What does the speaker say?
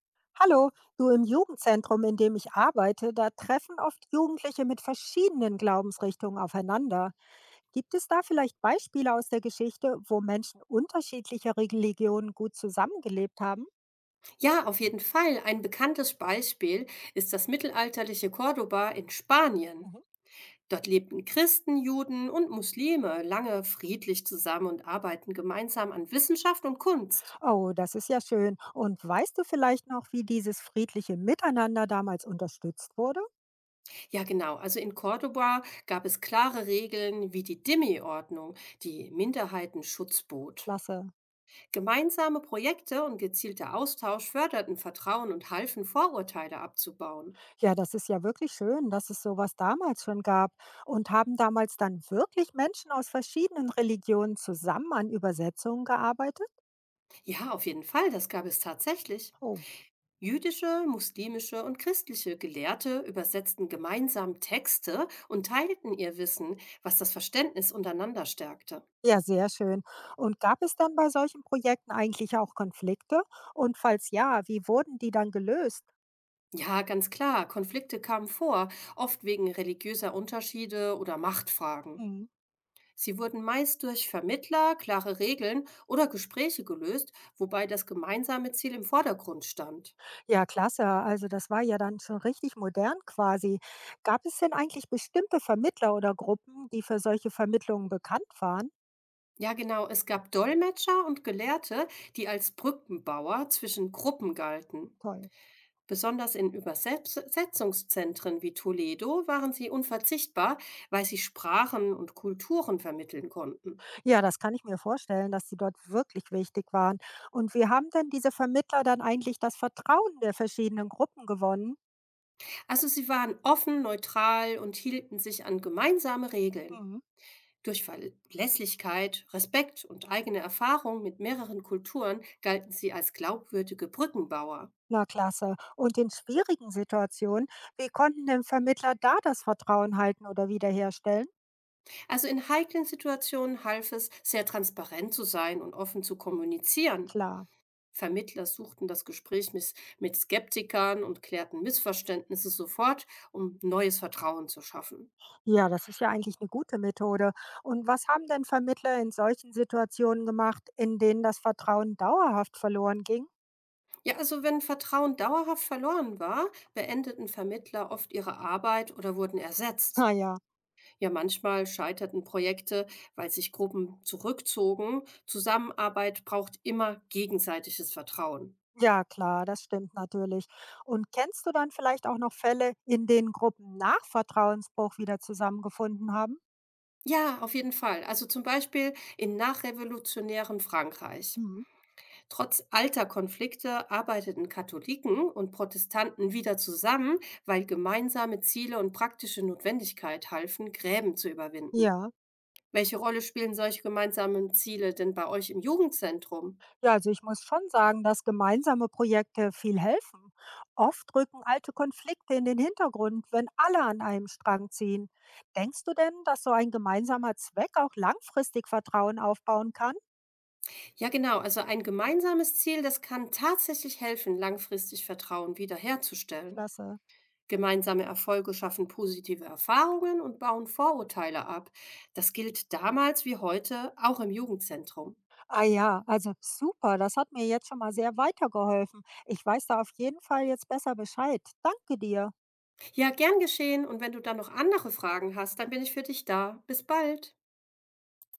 Hallo, du im Jugendzentrum, in dem ich arbeite, da treffen oft Jugendliche mit verschiedenen Glaubensrichtungen aufeinander. Gibt es da vielleicht Beispiele aus der Geschichte, wo Menschen unterschiedlicher Religionen gut zusammengelebt haben? Ja, auf jeden Fall. Ein bekanntes Beispiel ist das mittelalterliche Cordoba in Spanien. Mhm. Dort lebten Christen, Juden und Muslime lange friedlich zusammen und arbeiten gemeinsam an Wissenschaft und Kunst. Oh, das ist ja schön. Und weißt du vielleicht noch, wie dieses friedliche Miteinander damals unterstützt wurde? Ja, genau. Also in Cordoba gab es klare Regeln wie die Dhimmi-Ordnung, die Minderheitenschutz bot. Klasse. Gemeinsame Projekte und gezielter Austausch förderten Vertrauen und halfen, Vorurteile abzubauen. Ja, das ist ja wirklich schön, dass es sowas damals schon gab. Und haben damals dann wirklich Menschen aus verschiedenen Religionen zusammen an Übersetzungen gearbeitet? Ja, auf jeden Fall. Das gab es tatsächlich. Oh, Jüdische, muslimische und christliche Gelehrte übersetzten gemeinsam Texte und teilten ihr Wissen, was das Verständnis untereinander stärkte. ja, sehr schön. Und gab es dann bei solchen Projekten eigentlich auch Konflikte? Und falls ja, wie wurden die dann gelöst? Ja, ganz klar, Konflikte kamen vor, oft wegen religiöser Unterschiede oder Machtfragen. Mhm. Sie wurden meist durch Vermittler, klare Regeln oder Gespräche gelöst, wobei das gemeinsame Ziel im Vordergrund stand. Ja, klasse. Also das war ja dann schon richtig modern quasi. Gab es denn eigentlich bestimmte Vermittler oder Gruppen, die für solche Vermittlungen bekannt waren? Ja, genau, es gab Dolmetscher und Gelehrte, die als Brückenbauer zwischen Gruppen galten. Toll. Besonders in Übersetzungszentren wie Toledo waren sie unverzichtbar, weil sie Sprachen und Kulturen vermitteln konnten. Ja, das kann ich mir vorstellen, dass sie dort wirklich wichtig waren. Und wie haben denn diese Vermittler dann eigentlich das Vertrauen der verschiedenen Gruppen gewonnen? Also sie waren offen, neutral und hielten sich an gemeinsame Regeln. Mhm. Durch Verlässlichkeit, Respekt und eigene Erfahrung mit mehreren Kulturen galten sie als glaubwürdige Brückenbauer. Na klasse. Und in schwierigen Situationen, wie konnten denn Vermittler da das Vertrauen halten oder wiederherstellen? Also in heiklen Situationen half es, sehr transparent zu sein und offen zu kommunizieren. Klar. Vermittler suchten das Gespräch mis mit Skeptikern und klärten Missverständnisse sofort, um neues Vertrauen zu schaffen. Ja, das ist ja eigentlich eine gute Methode. Und was haben denn Vermittler in solchen Situationen gemacht, in denen das Vertrauen dauerhaft verloren ging? Ja, also wenn Vertrauen dauerhaft verloren war, beendeten Vermittler oft ihre Arbeit oder wurden ersetzt. Naja. Ja, Ja, manchmal scheiterten Projekte, weil sich Gruppen zurückzogen. Zusammenarbeit braucht immer gegenseitiges Vertrauen. Ja, klar, das stimmt natürlich. Und kennst du dann vielleicht auch noch Fälle, in denen Gruppen nach Vertrauensbruch wieder zusammengefunden haben? Ja, auf jeden Fall. Also zum Beispiel in nachrevolutionären Frankreich. Mhm. Trotz alter Konflikte arbeiteten Katholiken und Protestanten wieder zusammen, weil gemeinsame Ziele und praktische Notwendigkeit halfen, Gräben zu überwinden. Ja. Welche Rolle spielen solche gemeinsamen Ziele denn bei euch im Jugendzentrum? Ja, also ich muss schon sagen, dass gemeinsame Projekte viel helfen. Oft rücken alte Konflikte in den Hintergrund, wenn alle an einem Strang ziehen. Denkst du denn, dass so ein gemeinsamer Zweck auch langfristig Vertrauen aufbauen kann? Ja, genau, also ein gemeinsames Ziel, das kann tatsächlich helfen, langfristig Vertrauen wiederherzustellen. Klasse. Gemeinsame Erfolge schaffen positive Erfahrungen und bauen Vorurteile ab. Das gilt damals wie heute auch im Jugendzentrum. Ah ja, also super, das hat mir jetzt schon mal sehr weitergeholfen. Ich weiß da auf jeden Fall jetzt besser Bescheid. Danke dir. Ja, gern geschehen und wenn du dann noch andere Fragen hast, dann bin ich für dich da. Bis bald.